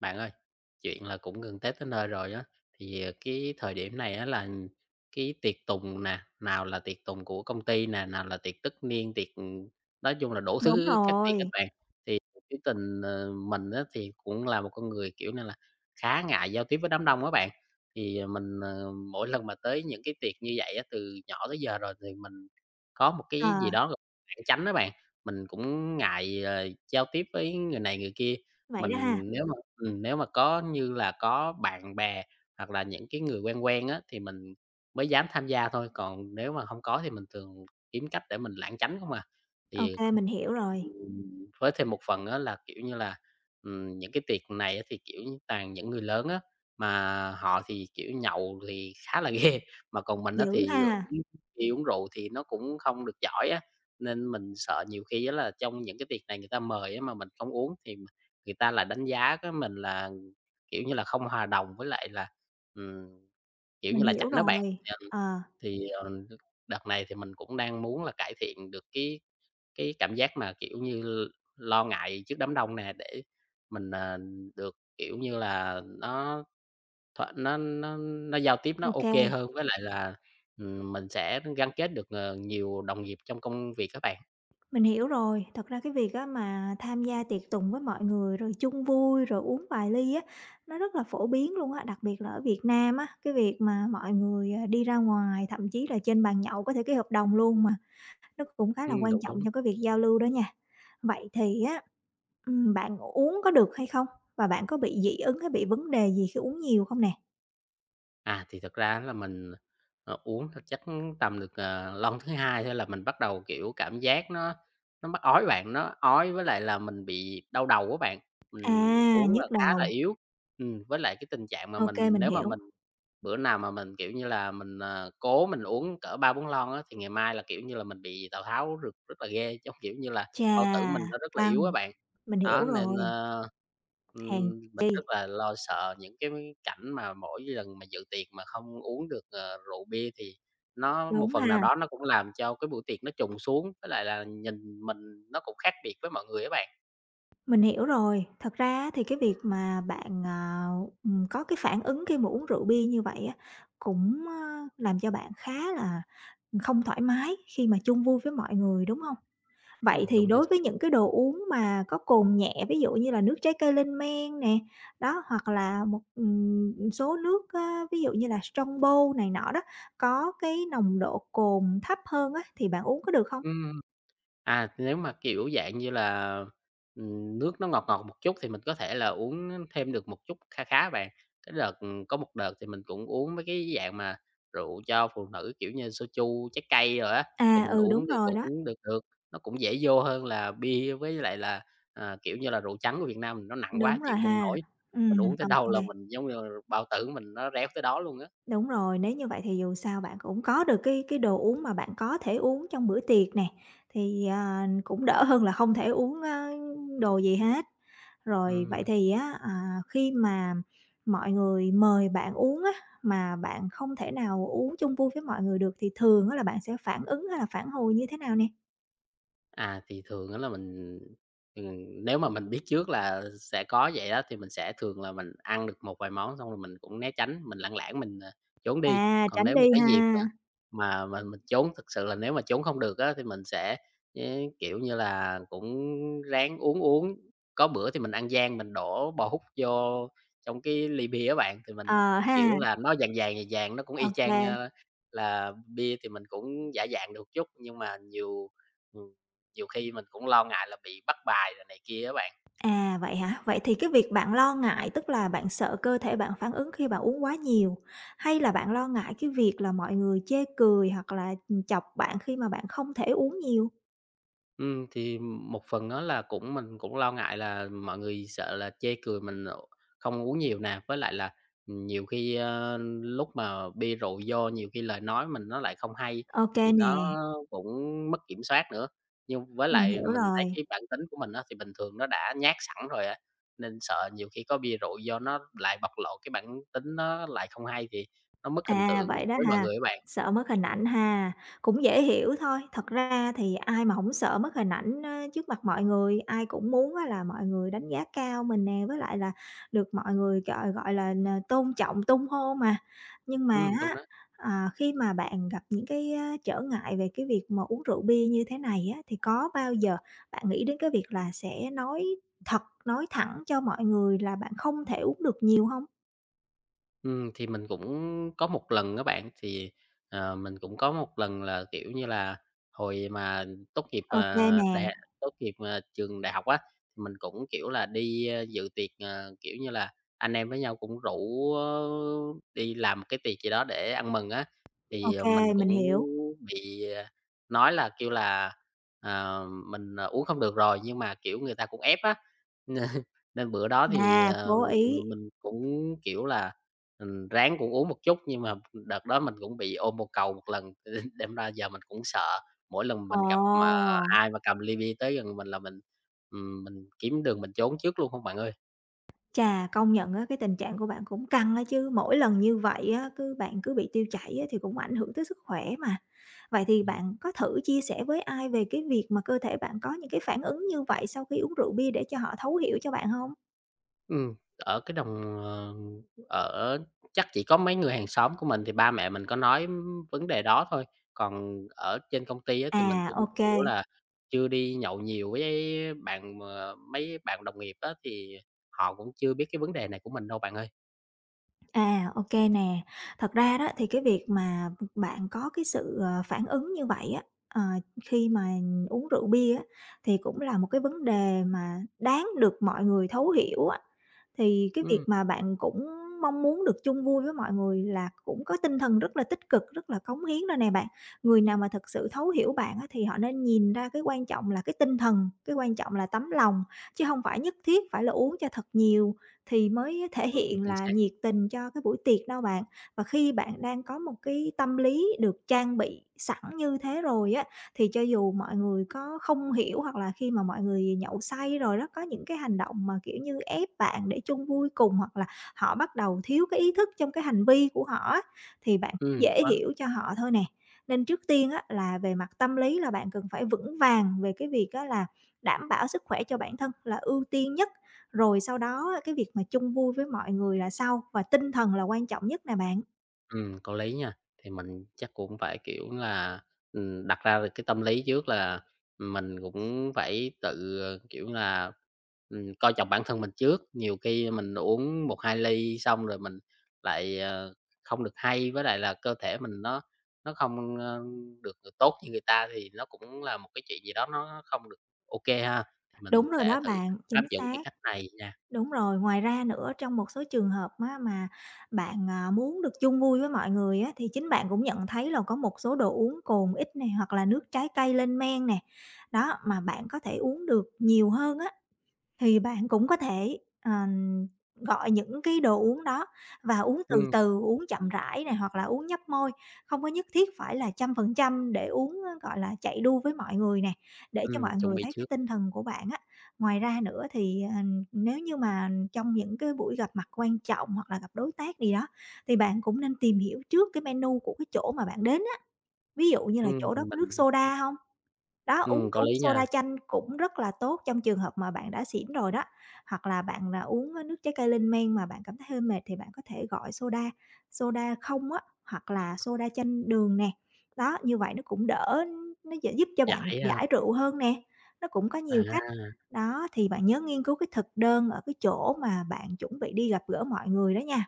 Bạn ơi, chuyện là cũng gần Tết tới nơi rồi á. Thì cái thời điểm này á là cái tiệc tùng nè, nào là tiệc tùng của công ty nè, nào là tiệc tất niên, tiệc, nói chung là đủ Đúng thứ các tiệc các rồi, bạn. Thì cái mình á thì cũng là một con người, kiểu như là, khá ngại giao tiếp với đám đông á bạn. Thì, ờ, mình, ờ, Mỗi lần mà tới những cái tiệc như vậy á, từ nhỏ tới giờ rồi thì mình có một ờ, cái gì đó gọi là lảng tránh đó bạn, mình cũng ngại giao tiếp với người này người kia. vậy đó ha. Mình nếu nếu mà có như là có bạn bè hoặc là những cái người quen quen á, thì mình mới dám tham gia thôi, còn nếu mà không có thì mình thường kiếm cách để mình lảng tránh không à. Ô Thì kê, mình hiểu rồi, với thêm một phần á là, kiểu như là, những cái tiệc này á thì, kiểu, như toàn những người lớn á, mà họ thì, kiểu, nhậu thì khá là ghê, mà còn mình á dữ thì ha, uống bia uống rượu thì nó cũng không được giỏi á, nên mình sợ nhiều khi á là trong những cái tiệc này người ta mời á mà mình không uống thì m người ta lại đánh giá cái mình là, kiểu như là, không hòa đồng với lại là, ừm, kiểu như mình là, chảnh hiểu á bạn. rồi, Ừm, ờ, thì, ờ, Đợt này thì mình cũng đang muốn là cải thiện được cái cảm giác mà, kiểu như, lo ngại trước đám đông nè, để mình được, kiểu như là, nó giao tiếp nó ô ok kê, hơn, với lại là, mình sẽ gắn kết được, nhiều đồng nghiệp trong công việc các bạn. mình hiểu rồi. Thật ra cái việc á mà tham gia tiệc tùng với mọi người rồi chung vui, rồi uống vài ly á, nó rất là phổ biến luôn á, đặc biệt là ở Việt Nam á, cái việc mà mọi người, à, đi ra ngoài, thậm chí là trên bàn nhậu có thể ký hợp đồng luôn mà, nó cũng khá là quan Đúng, trọng đúng. trong cái việc giao lưu đó nha. Vậy thì á, bạn uống có được hay không? Và bạn có bị dị ứng hay bị vấn đề gì khi uống nhiều không nè? À, thì thực ra là mình, uống thì chắc tầm được lon thứ 2 thôi là mình bắt đầu, kiểu, cảm giác nó mắc ói bạn, nó ói với lại là mình bị đau đầu á bạn. À, Mình uống nhức là khá là đầu, yếu, với lại cái tình trạng mà ô kê, mình mình nếu mà hiểu. mình bữa nào mà mình, kiểu như là, mình, ờ, cố mình uống cỡ ba bốn lon á, thì ngày mai là, kiểu như là, mình bị Tào Tháo rực rất là ghê, giống kiểu như là, Chà, bao tử mình nó rất là yếu căng, á bạn. mình Đó, hiểu nên, rồi, ơ, hèn ừm, mình chi, rất là lo sợ những cái cảnh mà mỗi lần mà dự tiệc mà không uống được rượu bia thì nó một đúng phần nào ha. đó nó cũng làm cho cái buổi tiệc nó trùng xuống, với lại là nhìn mình nó cũng khác biệt với mọi người á bạn. Mình hiểu rồi, thật ra á thì cái việc mà bạn có cái phản ứng khi mà uống rượu bia như vậy á, cũng làm cho bạn khá là không thoải mái khi mà chung vui với mọi người, đúng hông? Vậy thì Đúng như đối thế. với những cái đồ uống mà có cồn nhẹ, ví dụ như là nước trái cây lên men nè, đó, hoặc là một, số nước á, ví dụ như là Strongbow này nọ đó, có cái nồng độ cồn thấp hơn á, thì bạn uống có được không? Ừm. À, nếu mà, kiểu, dạng như là, nước nó ngọt ngọt một chút thì mình có thể là uống thêm được một chút kha khá bạn. Cái đợt có một đợt thì mình cũng uống mấy cái dạng mà rượu cho phụ nữ, kiểu như, soju trái cây rồi á, thì À, mình ừ, đúng uống thì rồi đó, cũng được được, nó cũng dễ vô hơn là bia với lại là, à, kiểu như là, rượu trắng của Việt Nam mình nó nặng quá đúng chịu rồi không ha. nổi. Mình Ừm, uống tới đâu là ok mình giống như là bao tử mình nó réo tới đó luôn á. đúng rồi, nếu như vậy thì dù sao bạn cũng có được cái đồ uống mà bạn có thể uống trong bữa tiệc nè, thì, à, cũng đỡ hơn là không thể uống, a, đồ gì hết. Rồi, vậy Ừm. thì á, à, khi mà mọi người mời bạn uống á, mà bạn không thể nào uống chung vui với mọi người được thì thường á là bạn sẽ phản ứng hay là phản hồi như thế nào nè? À, thì thường đó là mình, ừm, nếu mà mình biết trước là sẽ có vậy đó thì mình sẽ thường là mình ăn được một vài món xong rồi mình cũng né tránh, mình lảng lảng mình trốn đi. À, Còn tránh nếu mà đi cái ha. dịp mà mình trốn thực sự là nếu mà trốn không được á, thì mình sẽ, kiểu như là, cũng ráng uống uống. Có bữa thì mình ăn gian, mình đổ bò hút vô trong cái ly bia á bạn, thì mình, Ờ ha, kiểu là, nó vàng vàng, nó cũng y chang, ok. a, là bia thì mình cũng giả dạng được chút, nhưng mà ừ, nhiều khi mình cũng lo ngại là bị bắt bài rồi này kia á bạn. À, vậy hả? Vậy thì cái việc bạn lo ngại, tức là bạn sợ cơ thể bạn phản ứng khi bạn uống quá nhiều, hay là bạn lo ngại cái việc là mọi người chê cười hoặc là, ừ, chọc bạn khi mà bạn không thể uống nhiều? Thì một phần đó là cũng mình cũng lo ngại là mọi người sợ là chê cười mình, không uống nhiều nè, với lại là nhiều khi, lúc mà bia rượu vô nhiều khi lời nói mình nó lại không hay, Ok thì nó nè, cũng mất kiểm soát nữa. Nhưng với mình lại hiểu mình thấy rồi. cái bản tính của mình á, thì bình thường nó đã nhát sẵn rồi á, nên sợ nhiều khi có bia rượu vô nó lại bộc lộ cái bản tính nó lại không hay thì nó mất hình À, tượng vậy đó với mọi ha, người á bạn. sợ mất hình ảnh ha, cũng dễ hiểu thôi. Thật ra thì ai mà hổng sợ mất hình ảnh, ơ, trước mặt mọi người, ai cũng muốn á là mọi người đánh giá cao mình nè, với lại là được mọi người, gọi gọi là, n tôn trọng, tung hô mà. Nhưng mà Đúng á, đó. à, khi mà bạn gặp những cái, ơ, trở ngại về cái việc mà uống rượu bia như thế này á, thì có bao giờ bạn nghĩ đến cái việc là sẽ nói thật, nói thẳng cho mọi người là bạn không thể uống được nhiều hông? Thì, Mình cũng có một lần các bạn, mình cũng có một lần là, kiểu như là, hồi mà Ô kê nè, đại trường đại học á, thì mình cũng, kiểu là, đi dự tiệc, kiểu như là, anh em với nhau cũng rủ đi làm một cái tiệc gì đó để ăn mừng á. ô Thì, ờ, kê, mình mình cũng hiểu. bị, ờ, nói là, kêu là, uống không được rồi, nhưng mà, kiểu, người ta cũng ép á, nên nên bữa đó thì, À, ờ, cố ý. mình cũng, kiểu là Ừm, ráng cũng uống một chút nhưng mà đợt đó mình cũng bị ôm bồ cầu một lần, đâm ra giờ mình cũng sợ, mỗi lần Ồ, mình gặp mà ai mà cầm ly bia tới gần mình là mình, mình kiếm đường mình trốn trước luôn không bạn ơi. chà, công nhận á, cái tình trạng của bạn cũng căng á chứ, mỗi lần như vậy á, bạn cứ bị tiêu chảy á, thì cũng ảnh hưởng tới sức khỏe mà. Vậy thì Ừm. bạn có thử chia sẻ với ai về cái việc mà cơ thể bạn có những cái phản ứng như vậy sau khi uống rượu bia để cho họ thấu hiểu cho bạn không? Ừm, ở cái đồng ờ, ở Chắc chỉ có mấy người hàng xóm của mình thì ba mẹ mình có nói vấn đề đó thôi, còn ở trên công ty á thì mình À, cũng, ok. kiểu là, chưa đi nhậu nhiều với bạn mà mấy bạn đồng nghiệp á thì họ cũng chưa biết cái vấn đề này của mình đâu bạn ơi. À, ok nè. Thật ra đó thì cái việc mà bạn có cái sự, ờ, phản ứng như vậy á, ờ, khi mà uống rượu bia á, thì cũng là một cái vấn đề mà đáng được mọi người thấu hiểu á. Thì cái việc Ừm. mà bạn cũng mong muốn được chung vui với mọi người là cũng có tinh thần rất là tích cực, rất là cống hiến rồi nè bạn. Người nào mà thực sự thấu hiểu bạn á, thì họ nên nhìn ra cái quan trọng là cái tinh thần, cái quan trọng là tấm lòng, chứ không phải nhất thiết phải là uống cho thật nhiều thì mới thể hiện Chính là xác. nhiệt tình cho cái buổi tiệc đâu bạn. Và khi bạn đang có một cái tâm lý được trang bị sẵn như thế rồi á, thì cho dù mọi người có không hiểu hoặc là khi mà mọi người nhậu say rồi đó, có những cái hành động mà, kiểu như, ép bạn để chung vui cùng hoặc là họ bắt đầu thiếu cái ý thức trong cái hành vi của họ á, thì bạn cũng Đúng dễ đó, hiểu cho họ thôi nè. Nên trước tiên á là về mặt tâm lý là bạn cần phải vững vàng về cái việc á là đảm bảo sức khỏe cho bản thân là ưu tiên nhất, rồi sau đó cái việc mà chung vui với mọi người là sau, và tinh thần là quan trọng nhất nè bạn. Có lý nha. Thì mình chắc cũng phải, kiểu là, đặt ra được cái tâm lý trước là mình cũng phải tự, kiểu là, coi trọng bản thân mình trước. Nhiều khi mình uống một 2 ly xong rồi mình lại không được hay, với lại là cơ thể mình nó không được được tốt như người ta thì nó cũng là một cái chuyện gì đó nó không được ô kê ha. Thì mình Đúng rồi sẽ đó thử bạn, áp chính dụng cái xác. cách này nha. Đúng rồi, ngoài ra nữa trong một số trường hợp á mà bạn, à, muốn được chung vui với mọi người á, thì chính bạn cũng nhận thấy là có một số đồ uống cồn ít này hoặc là nước trái cây lên men nè. Đó, mà bạn có thể uống được nhiều hơn á, thì bạn cũng có thể, gọi những cái đồ uống đó và uống từ Ừm, từ, uống chậm rãi này hoặc là uống nhấp môi, không có nhất thiết phải là trăm phần trăm để uống, ơ, gọi là, chạy đua với mọi người nè, để cho mọi chuẩn người bị thấy trước. cái tinh thần của bạn á. Ngoài ra nữa thì, ờ, nếu như mà trong những cái buổi gặp mặt quan trọng hoặc là gặp đối tác gì đó, thì bạn cũng nên tìm hiểu trước cái menu của cái chỗ mà bạn đến á, ví dụ như là chỗ đó có nước Mình soda không? Đó, uống có uống lý soda nha, chanh cũng rất là tốt trong trường hợp mà bạn đã xỉn rồi đó, hoặc là bạn, à, uống, nước trái cây lên men mà bạn cảm thấy hơi mệt thì bạn có thể gọi soda, soda không á, hoặc là soda chanh đường nè. Đó, như vậy nó cũng đỡ, nó giúp cho bạn giải ha. giải rượu hơn nè, nó cũng có À, nhiều cách. Đó, thì bạn nhớ nghiên cứu cái thực đơn ở cái chỗ mà bạn chuẩn bị đi gặp gỡ mọi người đó nha.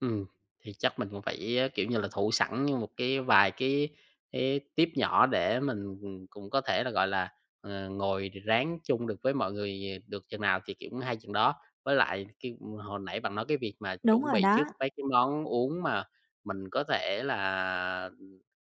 ừm, thì chắc mình cũng phải, a, kiểu như là, thủ sẵn như một cái vài cái tip nhỏ để mình cũng có thể là, gọi là, ngồi ráng chung được với mọi người ờ, được chừng nào thì, kiểu, hay chừng đó. Với lại cái hồi nãy bạn nói cái việc mà Đúng chuẩn rồi bị đó, trước mấy cái món uống mà mình có thể là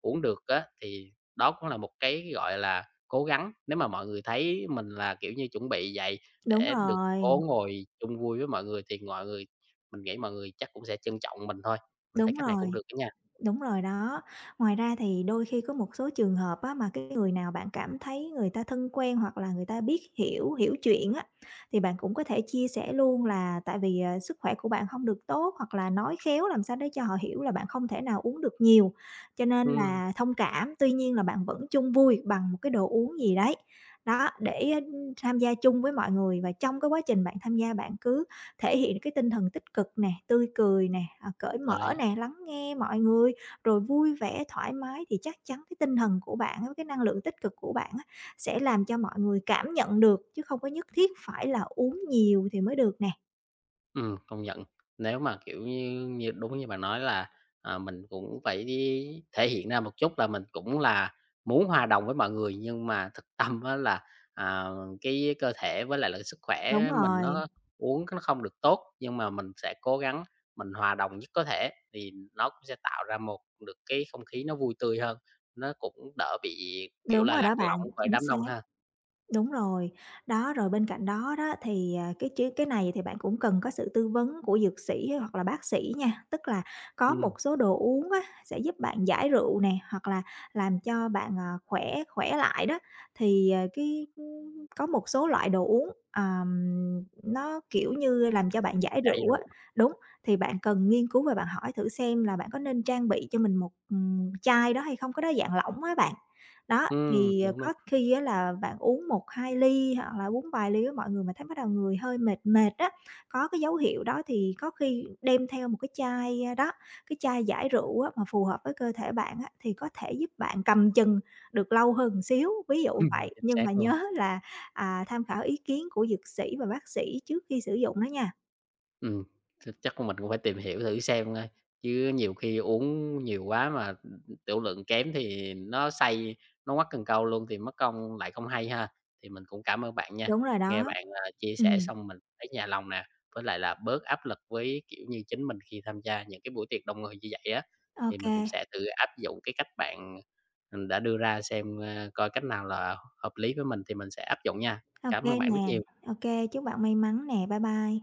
uống được á, thì đó cũng là một cái, gọi là, cố gắng. Nếu mà mọi người thấy mình là, kiểu như, chuẩn bị vậy đúng để được rồi, cố ngồi chung vui với mọi người thì mọi người mình nghĩ mọi người chắc cũng sẽ trân trọng mình thôi. Mình thấy đúng cách này cũng rồi. được đó nha. Đúng rồi đó. Ngoài ra thì đôi khi có một số trường hợp á, mà cái người nào bạn cảm thấy người ta thân quen hoặc là người ta biết hiểu hiểu chuyện á, thì bạn cũng có thể chia sẻ luôn là tại vì, ờ, sức khỏe của bạn không được tốt hoặc là nói khéo làm sao để cho họ hiểu là bạn không thể nào uống được nhiều, cho nên Ừm, là thông cảm. Tuy nhiên là bạn vẫn chung vui bằng một cái đồ uống gì đấy. Đó, để, ơ, tham gia chung với mọi người và trong cái quá trình bạn tham gia bạn cứ thể hiện cái tinh thần tích cực nè, tươi cười nè, à, cởi có lý. mở nè, lắng nghe mọi người rồi vui vẻ, thoải mái thì chắc chắn cái tinh thần của bạn á, cái năng lượng tích cực của bạn á, sẽ làm cho mọi người cảm nhận được, chứ không có nhất thiết phải là uống nhiều thì mới được nè. Công nhận. Nếu mà, kiểu như như, đúng như bạn nói là, à, mình cũng phải đi thể hiện ra một chút là mình cũng là muốn hòa đồng với mọi người, nhưng mà thực tâm á là, à, cái cơ thể với lại là sức Đúng khỏe mình rồi, nó uống nó không được tốt, nhưng mà mình sẽ cố gắng mình hòa đồng nhất có thể, thì nó cũng sẽ tạo ra được cái không khí nó vui tươi hơn, nó cũng đỡ bị, kiểu đúng là, rồi lạc đó bạn, lõng bởi chính đám xác. đông ha. Đúng rồi. Đó, rồi bên cạnh đó đó thì, à, cái chứ cái này thì bạn cũng cần có sự tư vấn của dược sĩ hoặc là bác sĩ nha. Tức là có Ừm, một số đồ uống á, sẽ giúp bạn giải rượu nè, hoặc là làm cho bạn, ờ, khỏe khỏe lại đó. Thì, ờ, cái, có một số loại đồ uống, nó, kiểu như, làm cho bạn giải giải rượu á, rượu. đúng, thì bạn cần nghiên cứu và bạn hỏi thử xem là bạn có nên trang bị cho mình một, chai đó hay không, có đó dạng lỏng á bạn. Đó, thì, ờ, Đúng, đúng. có khi á là bạn uống một hai ly hoặc là uống vài ly với mọi người mà thấy bắt đầu người hơi mệt mệt á, có cái dấu hiệu đó thì có khi đem theo một cái chai, a, đó, cái chai giải rượu á mà phù hợp với cơ thể bạn á, thì có thể giúp bạn cầm chừng được lâu hơn xíu, ví dụ vậy. chính Nhưng xác mà luôn. nhớ là, à, tham khảo ý kiến của dược sĩ và bác sĩ trước khi sử dụng đó nha. Ừm, chắc mình cũng phải tìm hiểu thử xem thôi, chứ nhiều khi uống nhiều quá mà, tiểu lượng kém thì nó say, nó quắt cần câu luôn thì mất công lại không hay ha. Thì mình cũng cảm ơn bạn nha, Đúng rồi đó. nghe bạn chia sẻ Ừm, xong mình thấy nhà lòng nè, với lại là bớt áp lực với, kiểu như, chính mình khi tham gia những cái buổi tiệc đông người như vậy á. ô Thì mình kê, cũng sẽ tự áp dụng cái cách bạn, đã đưa ra xem coi cách nào là hợp lý với mình thì mình sẽ áp dụng nha. ô Cảm kê ơn bạn rất nè, nhiều. ô kê, chúc bạn may mắn nè. Bye bye.